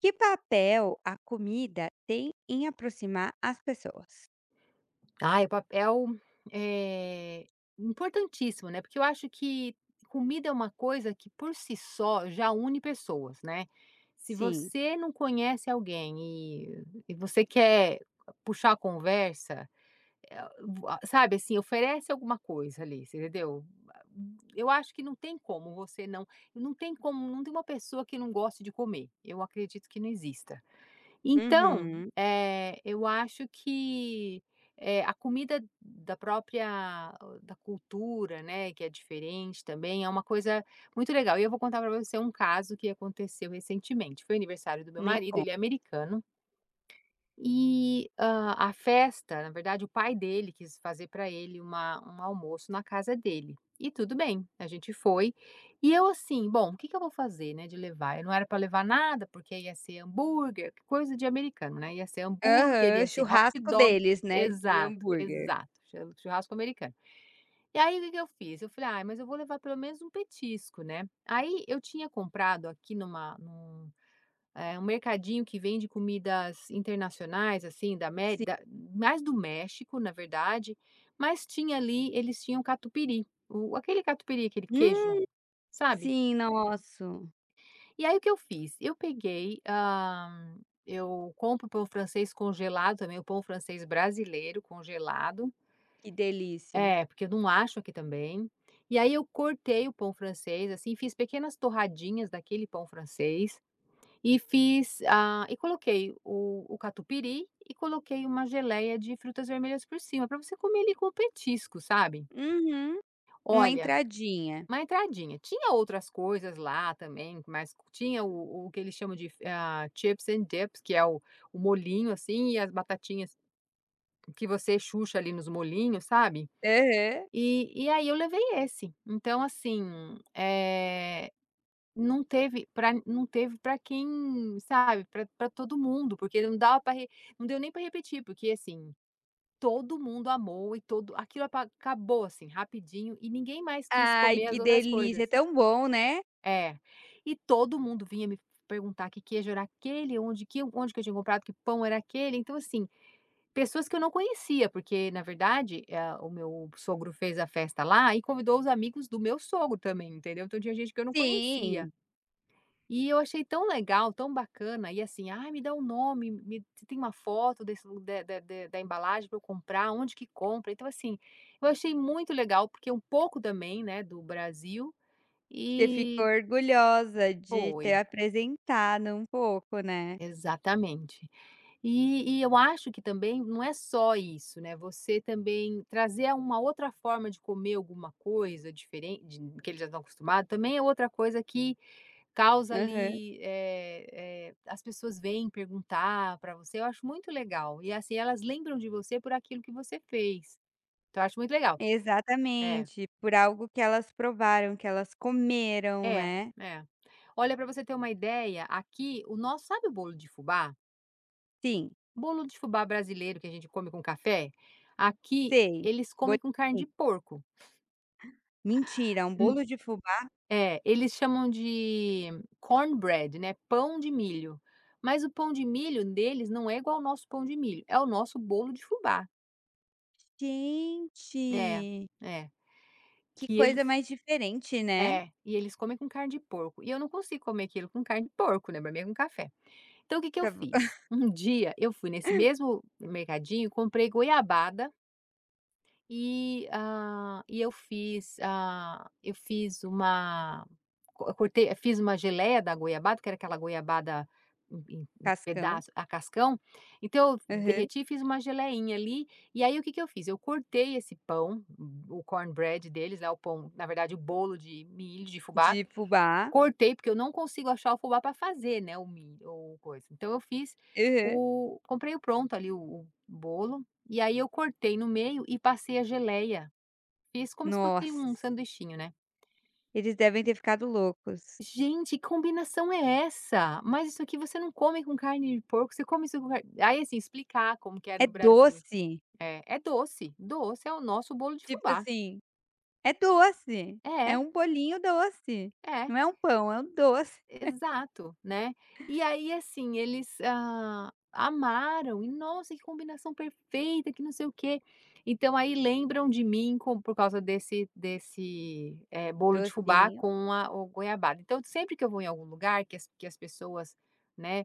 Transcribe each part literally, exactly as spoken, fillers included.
Que papel a comida tem em aproximar as pessoas? Ah, o papel é importantíssimo, né, porque eu acho que comida é uma coisa que por si só já une pessoas, né. Se Sim. você não conhece alguém e e você quer puxar a conversa, eh, vo a- sabe, assim, oferece alguma coisa ali, você entendeu? Eu acho que não tem como você não não tem como não tem uma pessoa que não goste de comer, eu acredito que não exista. Então, Uhum. eh, eu acho que, eh, a comida da própria da cultura, né, que é diferente também, é uma coisa muito legal. E eu vou contar para você um caso que aconteceu recentemente. Foi aniversário do meu Me marido, ele conta. é americano e, hã, a festa, na verdade, o pai dele quis fazer para ele uma um almoço na casa dele. E tudo bem, a gente foi. E eu assim: "Bom, o que que eu vou fazer, né, de levar?" Eu não era para levar nada, porque ia ser hambúrguer, coisa de americano, né, ia ser hambúrguer, Aham, ia ser hot churrasco dog. deles, né, de Exato, hambúrguer. exato, chu churrasco americano. E aí o que que eu fiz? Eu falei: ah, mas eu vou levar pelo menos um petisco, né?" Aí eu tinha comprado aqui numa num é um mercadinho que vende comidas internacionais, assim, da Amé Sim. da mais do México, na verdade, mas tinha ali eles tinham catupiry, o aquele catupiry, aquele queijo, Hum, sabe. sim, nosso, E aí o que eu fiz? Eu peguei, hã, eu compro pão francês congelado também, o pão francês brasileiro congelado que delícia. é, porque eu não acho aqui também. E aí eu cortei o pão francês, assim, fiz pequenas torradinhas daquele pão francês, e fiz, ah, e coloquei o o catupiry e coloquei uma geleia de frutas vermelhas por cima, para você comer ali com petisco, sabe. Uhum. Uma Olha, entradinha. uma entradinha. Tinha outras coisas lá também, mas tinha o o que eles chamam de ah, chips and dips, que é o o molinho assim, e as batatinhas que você chucha ali nos molinhos sabe. Aham. E e aí eu levei esse. Então assim, eh não teve para não teve para quem, sabe, para para todo mundo, porque não dava para não deu nem para repetir, porque, assim, todo mundo amou e todo aquilo apa acabou, assim, rapidinho e ninguém mais quis Ai, comer que as outras delícia, é coisas. tão bom, né? É. E todo mundo vinha me perguntar que queijo era aquele, onde que onde que eu tinha comprado, que pão era aquele. Então, assim, pessoas que eu não conhecia, porque, na verdade, eh, o meu sogro fez a festa lá e convidou os amigos do meu sogro também, entendeu? Então tinha gente que eu não Sim, conhecia. E eu achei tão legal, tão bacana, e assim: "Ai, me dá um nome, me você tem uma foto desse lu da da da da embalagem para eu comprar, onde que compra?". Então, assim, eu achei muito legal, porque é um pouco também, né, do Brasil você ficou e orgulhosa de foi, ter apresentado um pouco, né? exatamente. E e eu acho que também não é só isso, né, você também trazer uma outra forma de comer alguma coisa diferente, que eles já estão acostumados, também é outra coisa que causa Aham. ali, eh eh, as pessoas vêm perguntar para você, eu acho muito legal. E assim, elas lembram de você por aquilo que você fez. Então eu acho muito legal. É, Exatamente, por algo que elas provaram, que elas comeram, é, né. é. Olha, para você ter uma ideia, aqui o nosso sabe o bolo de fubá? Sim, Bolo de fubá brasileiro que a gente come com café? Aqui sei, eles bo comem com carne sim. de porco. Mentira, um Hum, bolo de fubá? é, eles chamam de cornbread, né, pão de milho. Mas o pão de milho deles não é igual ao nosso pão de milho, é o nosso bolo de fubá. É, Gente, é. que Que eles coisa mais diferente, né, é, e eles comem com carne de porco, e eu não consigo comer aquilo com carne de porco, né, pra mim é com café. Então o que que eu pra vo fiz? Um dia eu fui nesse mesmo mercadinho, comprei goiabada e, ah, e eu fiz, ah, eu fiz uma co eu cortei eu fiz uma geleia da goiabada, que era aquela goiabada em em em cascão. pedaço a cascão, então eu Aham. derreti e fiz uma geleinha ali, e aí o que que eu fiz? Eu cortei esse pão, o cornbread deles, né, o pão na verdade o bolo de milho, de fubá, De fubá. cortei, porque eu não consigo achar o fubá para fazer, né, o milho ou coisa. Então eu fiz Aham. o comprei o pronto ali, o o bolo, e aí eu cortei no meio e passei a geleia. Fiz como se fosse um Nossa, sanduichinho, né. eles devem ter ficado loucos. Gente, que combinação é essa? Mas isso aqui você não come com carne de porco, você come isso com car aí, assim, explicar como que é É no Brasil. doce, É, é doce, doce é o nosso bolo de tipo fubá. assim, é doce, é É, um bolinho doce, é. não é um pão, é um doce, Exato, né. E aí, assim, eles, ah, amaram e: "Nossa, que combinação perfeita, que não sei o quê". Então aí lembram de mim com por causa desse desse, eh, bolo de fubá docinho. com a o goiabada. Então sempre que eu vou em algum lugar que as que as pessoas, né,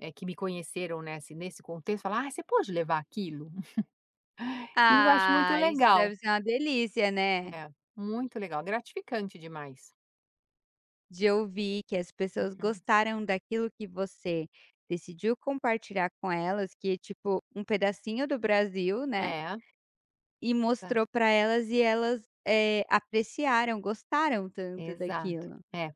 eh, que me conheceram nesse nesse contexto falam: "Ai, você pode levar aquilo?". E eu acho muito Ah, isso legal. deve ser uma delícia, né, É, muito legal, gratificante demais. de ouvir que as pessoas Uhum. gostaram daquilo que você decidiu compartilhar com elas, que é tipo um pedacinho do Brasil, né, É, e mostrou para elas e elas, eh, apreciaram, gostaram tanto exato, daquilo. é.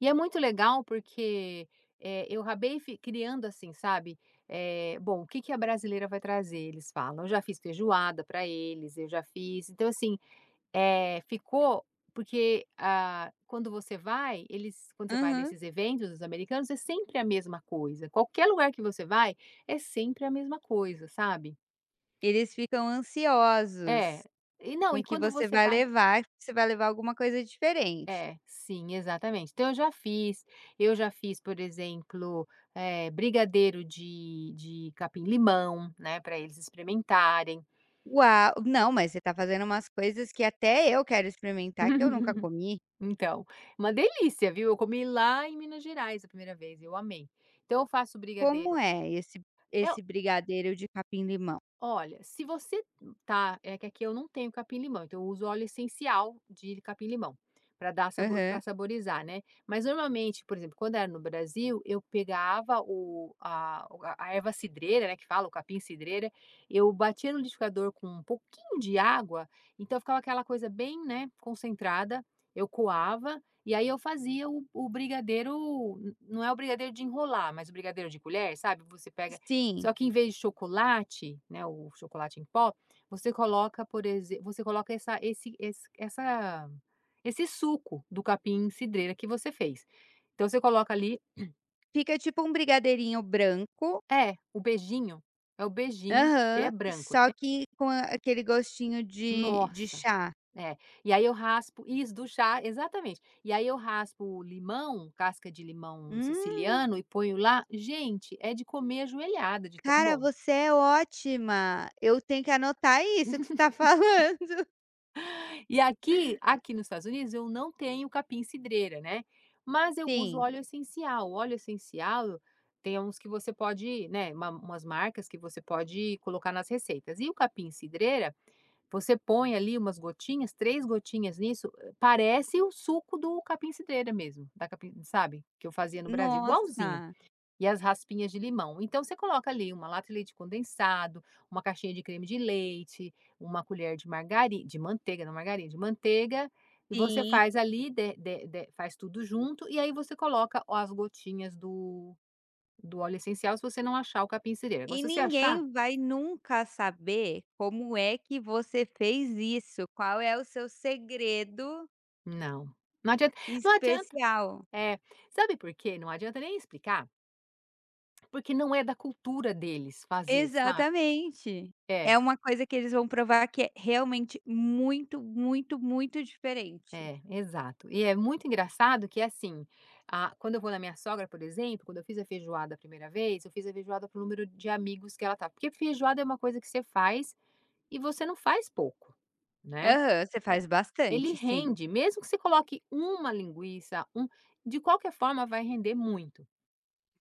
E é muito legal porque, eh, eu acabei fi criando assim, sabe, é bom, o que que a brasileira vai trazer, eles falam. Eu já fiz feijoada para eles, eu já fiz então assim, é ficou porque, ah, quando você vai, eles quando você vai Aham. nesses eventos dos americanos, é sempre a mesma coisa. Qualquer lugar que você vai, é sempre a mesma coisa, sabe. Eles ficam É. ansiosos E não, com e o que quando você você vai vai levar, que você vai levar alguma coisa diferente. é, sim, exatamente. Então eu já fiz, eu já fiz, por exemplo, eh, brigadeiro de de capim-limão, né, para eles experimentarem. Uau! Não, mas você tá fazendo umas coisas que até eu quero experimentar, que eu nunca comi. Então, uma delícia, viu. Eu comi lá em Minas Gerais a primeira vez, eu amei. Então eu faço Como brigadeiro. é esse É esse brigadeiro de capim-limão? olha, se você hum, tá é que aqui eu não tenho capim-limão, então eu uso óleo essencial de capim-limão para dar sabor Aham. para saborizar, né. Mas normalmente, por exemplo, quando era no Brasil, eu pegava o a o a a erva cidreira, né, que fala, o capim-cidreira, eu batia no liquidificador com um pouquinho de água, então ficava aquela coisa bem, né, concentrada, eu coava, e aí eu fazia o o brigadeiro, n- não é o brigadeiro de enrolar, mas o brigadeiro de colher, sabe? Você pega Sim, só que em vez de chocolate, né, o chocolate em pó, você coloca, por exemplo, você coloca essa esse esse essa esse suco do capim cidreira que você fez. Então você coloca ali fica tipo um brigadeirinho branco é, o beijinho, é o beijinho, ele aham, é branco, só né. que com a aquele gostinho de de Nossa! chá. É. E aí eu raspo isso, do chá exatamente. E aí eu raspo o limão, casca de limão Hum, siciliano e ponho lá. Gente, é de comer ajoelhada de tão cara, bom. você é ótima, eu tenho que anotar isso que você está falando. E aqui aqui nos Estados Unidos eu não tenho capim-cidreira, né, mas eu uso Sim, óleo essencial. O óleo essencial tem uns que você pode, né, uma umas marcas que você pode colocar nas receitas. E o capim-cidreira, você põe ali umas gotinhas, três gotinhas nisso, eh, parece o suco do capim-cidreira mesmo, da capim sabe, que eu fazia no Brasil, igualzinho. nossa, E as raspinhas de limão. Então você coloca ali uma lata de leite condensado, uma caixinha de creme de leite, uma colher de margari de manteiga, não margarina, de manteiga, e você sim. faz ali, de de de faz tudo junto, e aí você coloca as gotinhas do do óleo essencial, se você não achar o capim cireira. Agora E se você achar, ninguém vai nunca saber como é que você fez isso, qual é o seu segredo não. Não adianta não adianta. especial. É. Sabe por quê? Não adianta nem explicar, porque não é da cultura deles fazer, sabe. Exatamente. É. É uma coisa que eles vão provar que é realmente muito, muito, muito diferente. É, exato. E é muito engraçado que, assim, a quando eu vou na minha sogra, por exemplo, quando eu fiz a feijoada a primeira vez, eu fiz a feijoada pro número de amigos que ela tá. porque feijoada é uma coisa que você faz e você não faz pouco, né. Aham, você faz Ele bastante, sim, rende, mesmo que você coloque uma linguiça, um de qualquer forma vai render muito.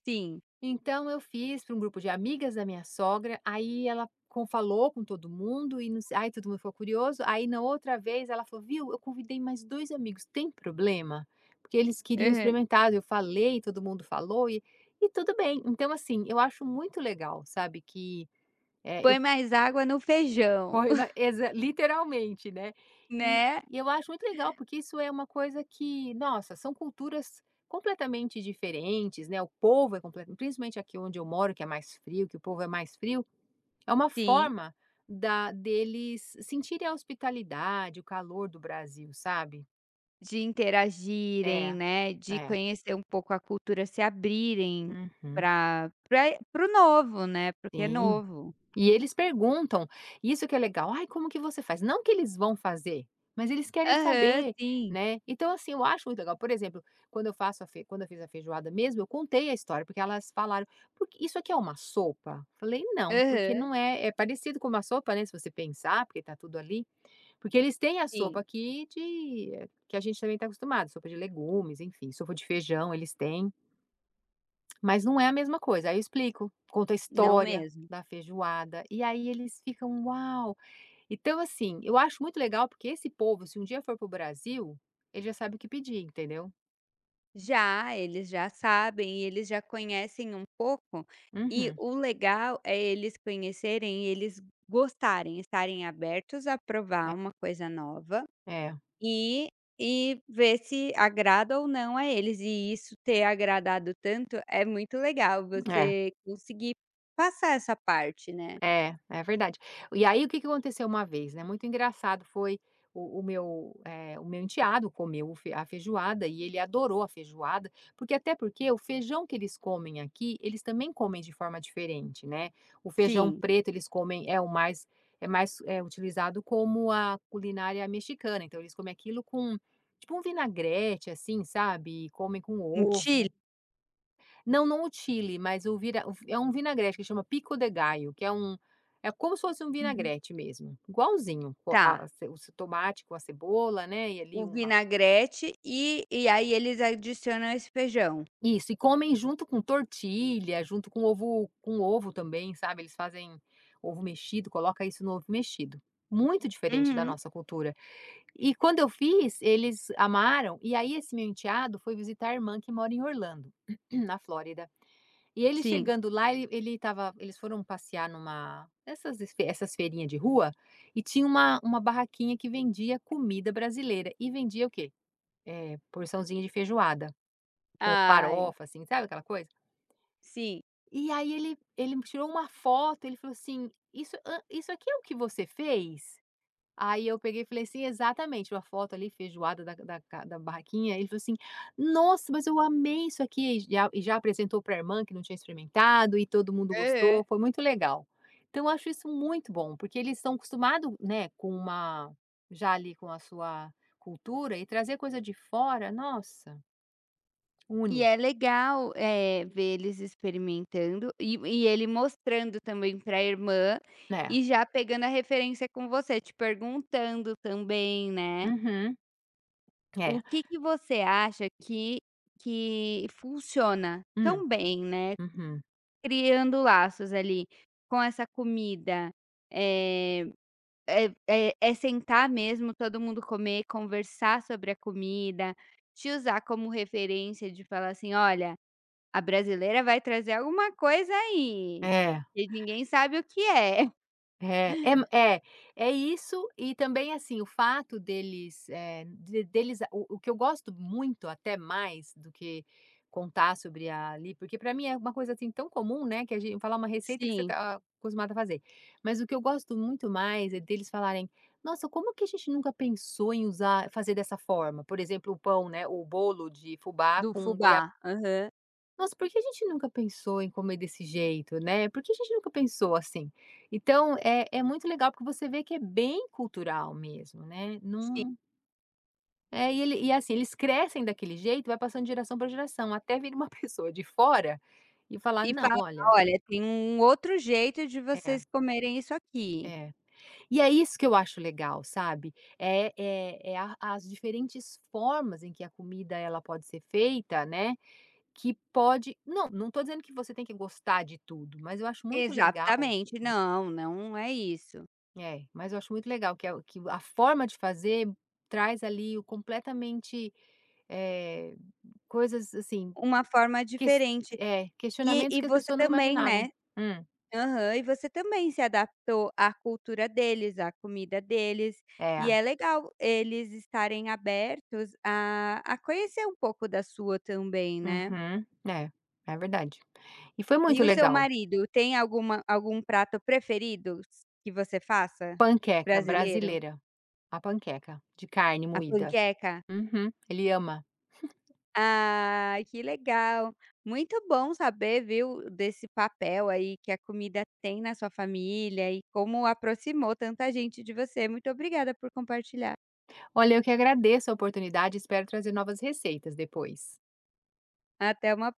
sim. Então eu fiz para um grupo de amigas da minha sogra, aí ela com falou com todo mundo e não se aí todo mundo ficou curioso, aí na outra vez ela falou: "Viu, eu convidei mais dois amigos, tem problema?". Porque eles queriam Aham. experimentar, eu falei, todo mundo falou e e tudo bem. Então assim, eu acho muito legal, sabe, que, eh Põe mais água no feijão, foi uma exa literalmente, né. E né. e eu acho muito legal, porque isso é uma coisa que, nossa, são culturas completamente diferentes, né, o povo é completamente principalmente aqui onde eu moro, que é mais frio, que o povo é mais frio, é uma Sim, forma da deles sentirem a hospitalidade, o calor do Brasil, sabe. de É, interagirem, né, de é. conhecer um pouco a cultura, se abrirem Uhum, pra pra para o novo, né, porque é sim. novo. E eles perguntam, isso que é legal: "Ai, como que você faz?". Não que eles vão fazer, mas eles querem Aham, saber, sim. né. Então, assim, eu acho muito legal. Por exemplo, quando eu faço a fe quando eu fiz a feijoada mesmo, eu contei a história, porque elas falaram: "Porque isso aqui é uma sopa?". Falei: "Não, porque Aham, não é é parecido com uma sopa, né, se você pensar, porque tá tudo ali". Porque eles têm a sopa sim. aqui de eh, que a gente também está acostumado, sopa de legumes, enfim, sopa de feijão, eles têm. Mas não é a mesma coisa, aí eu explico, conto a Não história mesmo. da feijoada, e aí eles ficam: "Uau!". Então assim, eu acho muito legal, porque esse povo, se um dia for pro Brasil, ele já sabe o que pedir, entendeu. Já, eles já sabem e eles já conhecem um pouco, e Uhum. o legal é eles conhecerem e eles gostarem, estarem abertos a provar É, uma coisa nova é, e e ver se agrada ou não a eles, e isso ter agradado tanto é muito legal, é. você conseguir passar essa parte, né. É, é verdade. E aí, o que que aconteceu uma vez, né, muito engraçado foi o o meu, eh, o meu enteado comeu o fe a feijoada e ele adorou a feijoada, porque até porque o feijão que eles comem aqui, eles também comem de forma diferente, né. O feijão Sim, preto eles comem é o mais é mais, é utilizado como a culinária mexicana, então eles comem aquilo com tipo um vinagrete, assim, sabe, e comem com enchila? ovo. Não, não o chile, mas o vira o é um vinagrete que chama pico de gallo, que é um é como se fosse um Uhum. vinagrete mesmo, igualzinho, co Tá, a ce o ce- tomate com a cebola, né, e ali o uma vinagrete e e aí eles adicionam esse feijão. isso, e comem junto com tortilha, junto com ovo com ovo também, sabe, eles fazem ovo mexido, coloca isso no ovo mexido. Muito diferente da Uhum, nossa cultura. E quando eu fiz, eles amaram, e aí esse meu enteado foi visitar a irmã que mora em Orlando, na Flórida. E ele sim. chegando lá, ele ele estava eles foram passear numa essas essas feirinhas de rua, e tinha uma uma barraquinha que vendia comida brasileira, e vendia o quê? Porçãozinha de feijoada, com Ai. farofa, assim, sabe aquela coisa? Sim. E aí ele ele tirou uma foto, ele falou assim: "Isso hã, isso aqui é o que você fez?". Aí eu peguei e falei assim exatamente, uma foto ali, feijoada da da ca da barraquinha, ele falou assim: "Nossa, mas eu amei isso aqui", e já e já apresentou pra irmã que não tinha experimentado e todo mundo Aham. gostou, foi muito legal. Então eu acho isso muito bom, porque eles estão acostumados, né, com uma já ali com a sua cultura e trazer coisa de fora, nossa, E une. é legal, eh, ver eles experimentando e e ele mostrando também para a irmã, Né? e já pegando a referência com você, te perguntando também, né. Uhum. O É. que que você acha que que funciona Hum. tão bem, né, Uhum. criando laços ali com essa comida? Eh, é é é sentar mesmo, todo mundo comer, conversar sobre a comida, te usar como referência de falar assim: "Olha". A brasileira vai trazer alguma coisa aí, É. que ninguém sabe o que é. É, é é, é isso e também, assim, o fato deles, eh, de deles o o que eu gosto muito até mais do que contar sobre ali porque para mim é uma coisa, assim, tão comum, né, que a gente falar uma receita que você Sim, tá acostumado a fazer. Mas o que eu gosto muito mais é deles falarem: "Nossa, como que a gente nunca pensou em usar fazer dessa forma?". Por exemplo, o pão, né, o bolo de fubá do com goiabada, fubá. Aham, nossa, por que a gente nunca pensou em comer desse jeito, né? Por que a gente nunca pensou assim? Então, é é muito legal porque você vê que é bem cultural mesmo, né? sim. Não é, e ele e assim, eles crescem daquele jeito, vai passando de geração para geração, até vir uma pessoa de fora e falar: E "Não, fala: olha". "Olha, tem um outro jeito de É, vocês comerem isso aqui". é. E é isso que eu acho legal, sabe? É é é a as diferentes formas em que a comida ela pode ser feita, né, que pode não, não estou dizendo que você tem que gostar de tudo, mas eu acho muito legal. Exatamente. Não, não é isso. É, mas eu acho muito legal que é que a forma de fazer traz ali o completamente, eh, coisas assim, Uma forma ques diferente. é, E questionamentos e que as você pessoas não também, imaginavam. né, Hum, aham, e você também se adaptou à cultura deles, à comida deles, e é, é legal eles estarem abertos a a conhecer um pouco da sua também, né. uhum, é, é verdade. E foi E muito o seu legal. marido tem alguma algum prato preferido que você faça? Panqueca Brasileiro? brasileira, a panqueca de carne A moída. panqueca? Uhum, ele ama. Ah, que legal. Muito bom saber, viu, desse papel aí que a comida tem na sua família e como aproximou tanta gente de você. Muito obrigada por compartilhar. Olha, eu que agradeço a oportunidade e espero trazer novas receitas depois. Até uma